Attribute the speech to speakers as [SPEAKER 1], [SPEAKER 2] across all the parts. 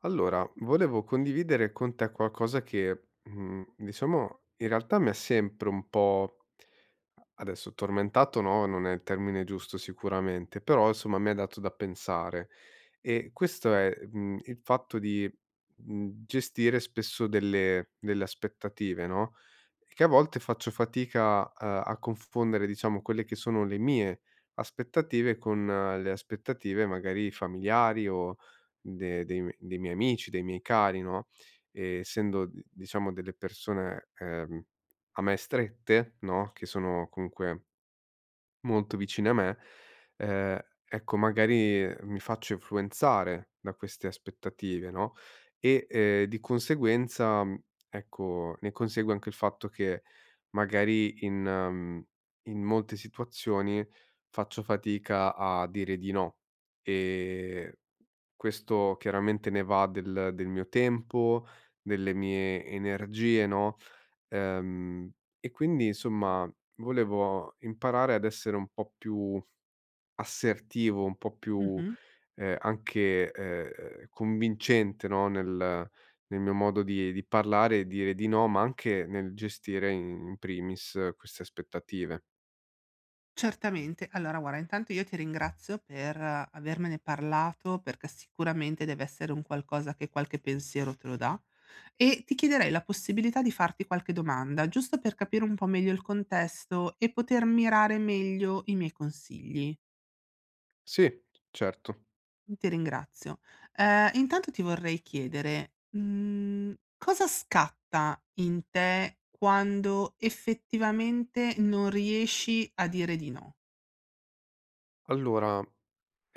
[SPEAKER 1] Allora, volevo condividere con te qualcosa che, diciamo, in realtà mi ha sempre un po' adesso tormentato, no, non è il termine giusto sicuramente, però insomma mi ha dato da pensare. E questo è, il fatto di, gestire spesso delle aspettative, no, che a volte faccio fatica a confondere, diciamo, quelle che sono le mie aspettative con le aspettative magari familiari o de dei m dei miei amici, dei miei cari, no, essendo d diciamo delle persone, a me strette, no, che sono comunque molto vicine a me, ehm, ecco magari mi faccio influenzare da queste aspettative, no, e, di conseguenza, ecco, ne consegue anche il fatto che magari in in molte situazioni faccio fatica a dire di no. ehm Questo chiaramente ne va del mio tempo, delle mie energie, no, ehm, e quindi insomma volevo imparare ad essere un po' più assertivo, un po' più,
[SPEAKER 2] Mh-mh.
[SPEAKER 1] anche, convincente, no, nel nel mio modo di parlare e dire di no, ma anche nel gestire in primis, queste aspettative.
[SPEAKER 2] Certamente. Allora guarda, intanto io ti ringrazio per avermene parlato, perché sicuramente deve essere un qualcosa che qualche pensiero te lo dà, e ti chiederei la possibilità di farti qualche domanda, giusto per capire un po' meglio il contesto e poter mirare meglio i miei consigli.
[SPEAKER 1] Sì, certo.
[SPEAKER 2] Ti ringrazio. Intanto ti vorrei chiedere, cosa scatta in te quando effettivamente non riesci a dire di no?
[SPEAKER 1] Allora,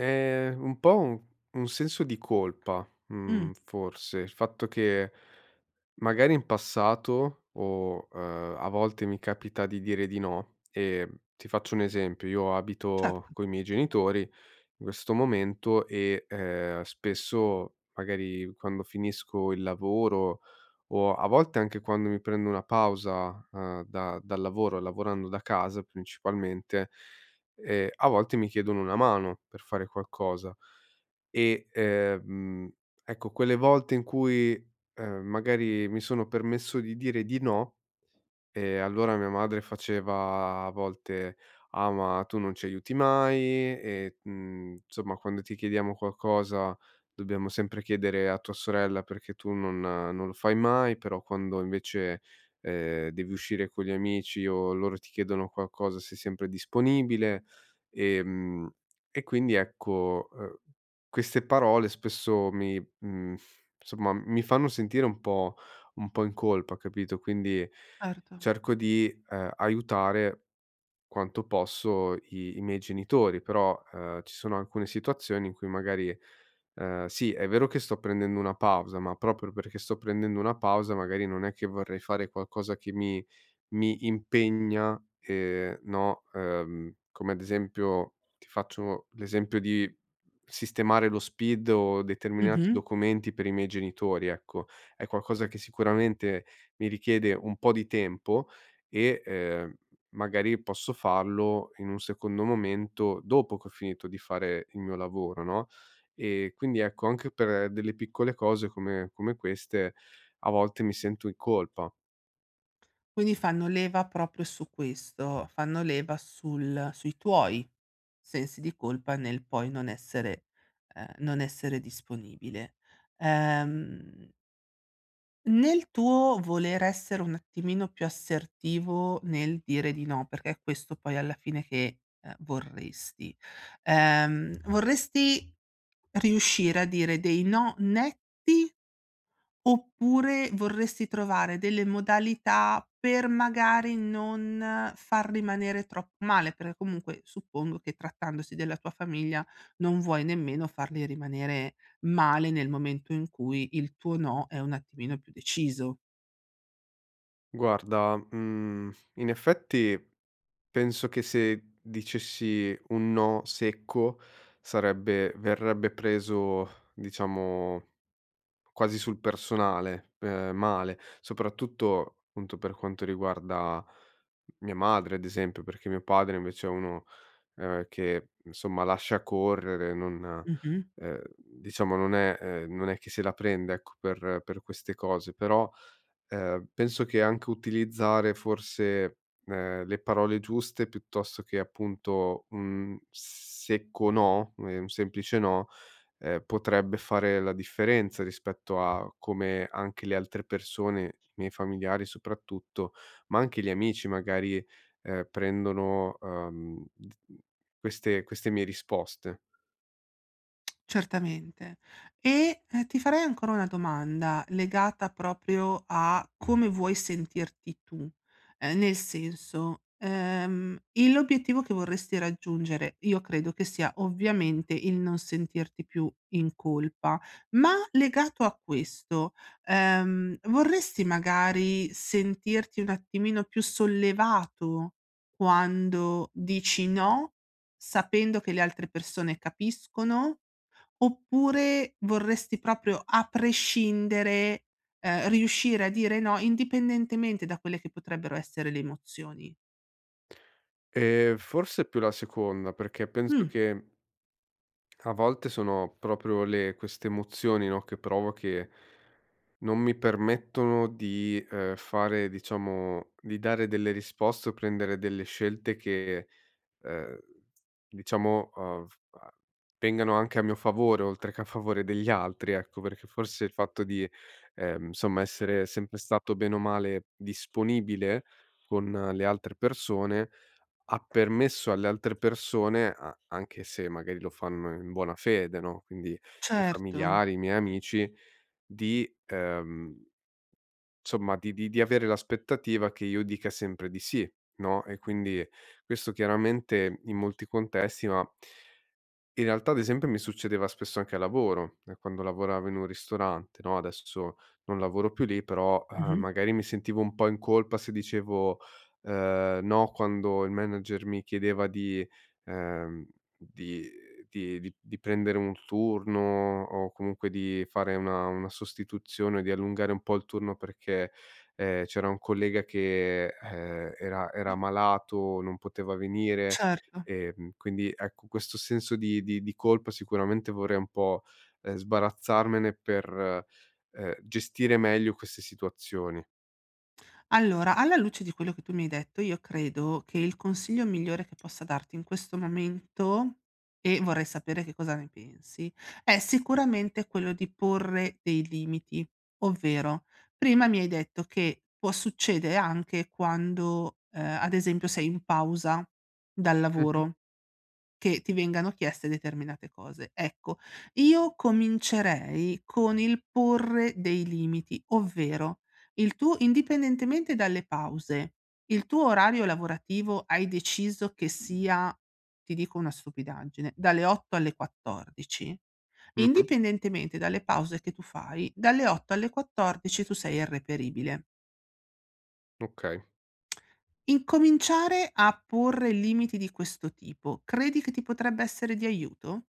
[SPEAKER 1] Un po' un senso di colpa,
[SPEAKER 2] Mh,
[SPEAKER 1] forse. Il fatto che magari in passato o, a volte mi capita di dire di no. Ti faccio un esempio: io abito
[SPEAKER 2] certo.
[SPEAKER 1] coi miei genitori in questo momento e, spesso magari quando finisco il lavoro o a volte anche quando mi prendo una pausa, da dal lavoro, lavorando da casa principalmente, a volte mi chiedono una mano per fare qualcosa e, ecco quelle volte in cui, magari mi sono permesso di dire di no e allora mia madre faceva a volte: "Ah, ma tu non ci aiuti mai e, insomma quando ti chiediamo qualcosa dobbiamo sempre chiedere a tua sorella perché tu non lo fai mai, però quando invece, devi uscire con gli amici o loro ti chiedono qualcosa sei sempre disponibile". Ehm, e quindi ecco, queste parole spesso mi insomma mi fanno sentire un po' in colpa, capito? Quindi
[SPEAKER 2] Certo.
[SPEAKER 1] cerco di, aiutare quanto posso i miei genitori, però, ci sono alcune situazioni in cui magari, sì, è vero che sto prendendo una pausa, ma proprio perché sto prendendo una pausa magari non è che vorrei fare qualcosa che mi impegna, no, come ad esempio ti faccio l'esempio di sistemare lo SPID o determinati
[SPEAKER 2] Mh-mh.
[SPEAKER 1] documenti per i miei genitori, ecco. È qualcosa che sicuramente mi richiede un po' di tempo e, magari posso farlo in un secondo momento dopo che ho finito di fare il mio lavoro, no, e quindi ecco, anche per delle piccole cose come queste a volte mi sento in colpa.
[SPEAKER 2] Quindi fanno leva proprio su questo, fanno leva sul sui tuoi sensi di colpa nel poi non essere non essere disponibile. Ehm, nel tuo voler essere un attimino più assertivo nel dire di no, perché è questo poi alla fine che, vorresti riuscire a dire dei no netti. Oppure vorresti trovare delle modalità per magari non far rimanere troppo male, perché comunque suppongo che trattandosi della tua famiglia non vuoi nemmeno farli rimanere male nel momento in cui il tuo no è un attimino più deciso.
[SPEAKER 1] Guarda, in effetti penso che se dicessi un no secco sarebbe verrebbe preso, diciamo, quasi sul personale, male, soprattutto appunto per quanto riguarda mia madre, ad esempio, perché mio padre invece è uno, che insomma lascia correre, non
[SPEAKER 2] Mh-mh.
[SPEAKER 1] diciamo non è non è che se la prende ecco per queste cose. Però, penso che anche utilizzare forse, le parole giuste piuttosto che appunto un secco no, un semplice no, potrebbe fare la differenza rispetto a come anche le altre persone, i miei familiari soprattutto, ma anche gli amici magari, prendono, d queste mie risposte.
[SPEAKER 2] Certamente. E, ti farei ancora una domanda legata proprio a come vuoi sentirti tu, nel senso, il l'obiettivo che vorresti raggiungere io credo che sia ovviamente il non sentirti più in colpa, ma legato a questo, vorresti magari sentirti un attimino più sollevato quando dici no, sapendo che le altre persone capiscono? Oppure vorresti proprio a prescindere, riuscire a dire no, indipendentemente da quelle che potrebbero essere le emozioni?
[SPEAKER 1] Forse più la seconda, perché penso
[SPEAKER 2] Mh,
[SPEAKER 1] che a volte sono proprio le queste emozioni, no, che provo, che non mi permettono di, fare, diciamo, di dare delle risposte o prendere delle scelte che ehm, diciamo, f a vengano anche a mio favore, oltre che a favore degli altri, ecco, perché forse il fatto di, insomma, essere sempre stato bene o male disponibile con le altre persone, ha permesso alle altre persone, a anche se magari lo fanno in buona fede, no, quindi i miei
[SPEAKER 2] certo.
[SPEAKER 1] familiari, i miei amici, di, insomma, di di avere l'aspettativa che io dica sempre di sì, no, e quindi questo chiaramente in molti contesti, ma in realtà, ad esempio, mi succedeva spesso anche a lavoro, quando lavoravo in un ristorante, no, adesso non lavoro più lì, però,
[SPEAKER 2] Mh-mh.
[SPEAKER 1] magari mi sentivo un po' in colpa se dicevo, no, quando il manager mi chiedeva di ehm, di di prendere un turno o comunque di fare una sostituzione, di allungare un po' il turno perché, c'era un collega che, era malato, non poteva venire.
[SPEAKER 2] Certo.
[SPEAKER 1] Quindi ecco, questo senso di di colpa sicuramente vorrei un po', sbarazzarmene per, gestire meglio queste situazioni.
[SPEAKER 2] Allora, alla luce di quello che tu mi hai detto, io credo che il consiglio migliore che possa darti in questo momento, e vorrei sapere che cosa ne pensi, è sicuramente quello di porre dei limiti, ovvero prima mi hai detto che può succedere anche quando, ad esempio, sei in pausa dal
[SPEAKER 1] Mh-mh.
[SPEAKER 2] lavoro che ti vengano chieste determinate cose. Ecco, io comincerei con il porre dei limiti, ovvero il tuo indipendentemente dalle pause, il tuo orario lavorativo hai deciso che sia, ti dico una stupidaggine, dalle 8 alle 14?
[SPEAKER 1] Mh-mh,
[SPEAKER 2] Indipendentemente dalle pause che tu fai, dalle 8 alle 14 tu sei irreperibile.
[SPEAKER 1] okay.
[SPEAKER 2] Incominciare a porre limiti di questo tipo, credi che ti potrebbe essere di aiuto?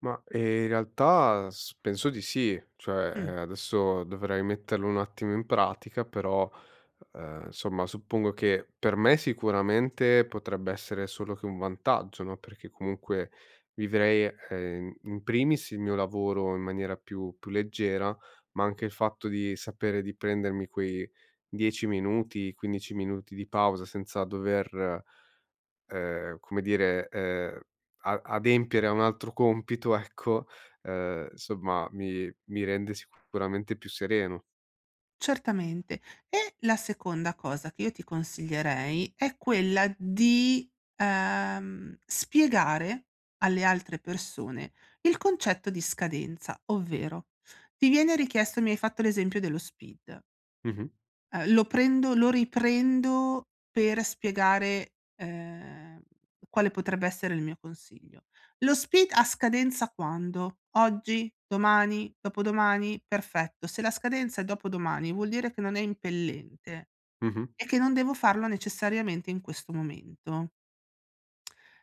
[SPEAKER 1] Ma, in realtà s penso di sì, cioè,
[SPEAKER 2] Mh.
[SPEAKER 1] adesso dovrei metterlo un attimo in pratica, però, insomma suppongo che per me sicuramente potrebbe essere solo che un vantaggio, no, perché comunque vivrei, in in primis il mio lavoro in maniera più leggera, ma anche il fatto di sapere di prendermi quei 10 minuti, 15 minuti di pausa senza dover come dire, a adempiere a un altro compito, ecco, insomma mi rende sicuramente più sereno.
[SPEAKER 2] Certamente. E la seconda cosa che io ti consiglierei è quella di, spiegare alle altre persone il concetto di scadenza, ovvero: ti viene richiesto mi hai fatto l'esempio dello SPID.
[SPEAKER 1] Mh-mh,
[SPEAKER 2] Lo prendo lo riprendo per spiegare, quale potrebbe essere il mio consiglio. Lo SPID ha scadenza quando? Oggi? Domani? Dopodomani? Perfetto. Se la scadenza è dopodomani vuol dire che non è impellente
[SPEAKER 1] mh-mh,
[SPEAKER 2] e che non devo farlo necessariamente in questo momento.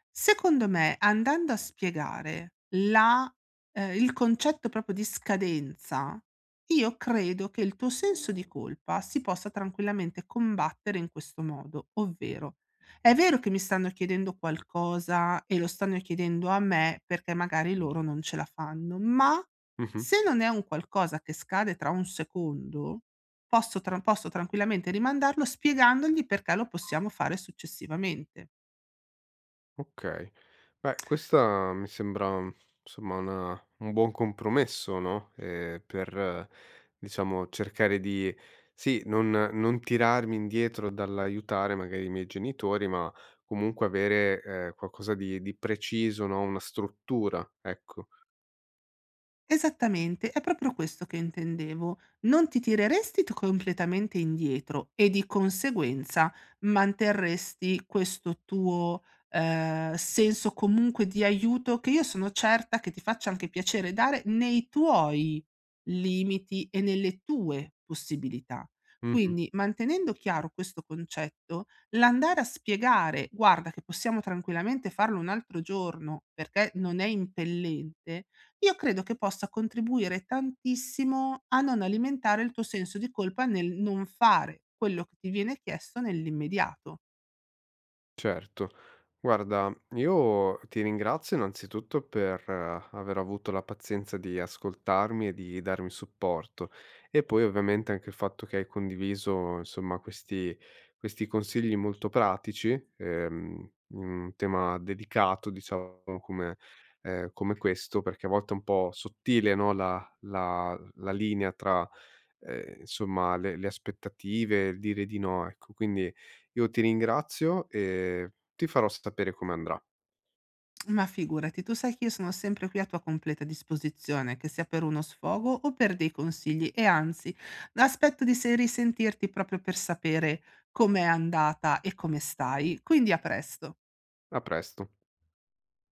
[SPEAKER 2] Secondo me, andando a spiegare la il concetto proprio di scadenza, io credo che il tuo senso di colpa si possa tranquillamente combattere in questo modo, ovvero: è vero che mi stanno chiedendo qualcosa e lo stanno chiedendo a me perché magari loro non ce la fanno, ma
[SPEAKER 1] mh-mh.
[SPEAKER 2] se non è un qualcosa che scade tra un secondo, posso tranquillamente rimandarlo spiegandogli perché lo possiamo fare successivamente.
[SPEAKER 1] Okay. Beh, questa mi sembra, insomma, una un buon compromesso, no, per, diciamo, cercare di sì, non tirarmi indietro dall'aiutare magari i miei genitori, ma comunque avere, qualcosa di preciso, no, una struttura, ecco.
[SPEAKER 2] Esattamente, è proprio questo che intendevo. Non ti tireresti t completamente indietro e di conseguenza manterresti questo tuo, senso comunque di aiuto che io sono certa che ti faccia anche piacere dare nei tuoi limiti e nelle tue possibilità.
[SPEAKER 1] Mh-mh.
[SPEAKER 2] Quindi, mantenendo chiaro questo concetto, l'andare a spiegare: "Guarda che possiamo tranquillamente farlo un altro giorno perché non è impellente". Io credo che possa contribuire tantissimo a non alimentare il tuo senso di colpa nel non fare quello che ti viene chiesto nell'immediato.
[SPEAKER 1] Certo. Guarda, io ti ringrazio innanzitutto per aver avuto la pazienza di ascoltarmi e di darmi supporto e poi ovviamente anche il fatto che hai condiviso, insomma, questi, questi consigli molto pratici, in un tema delicato, diciamo, come, come questo, perché a volte è un po' sottile, no, la la linea tra insomma le aspettative, il dire di no, ecco. Quindi io ti ringrazio e ti farò sapere come andrà.
[SPEAKER 2] Ma figurati, tu sai che io sono sempre qui a tua completa disposizione, che sia per uno sfogo o per dei consigli e anzi, aspetto di se risentirti proprio per sapere com'è andata e come stai. Quindi a presto.
[SPEAKER 1] A presto.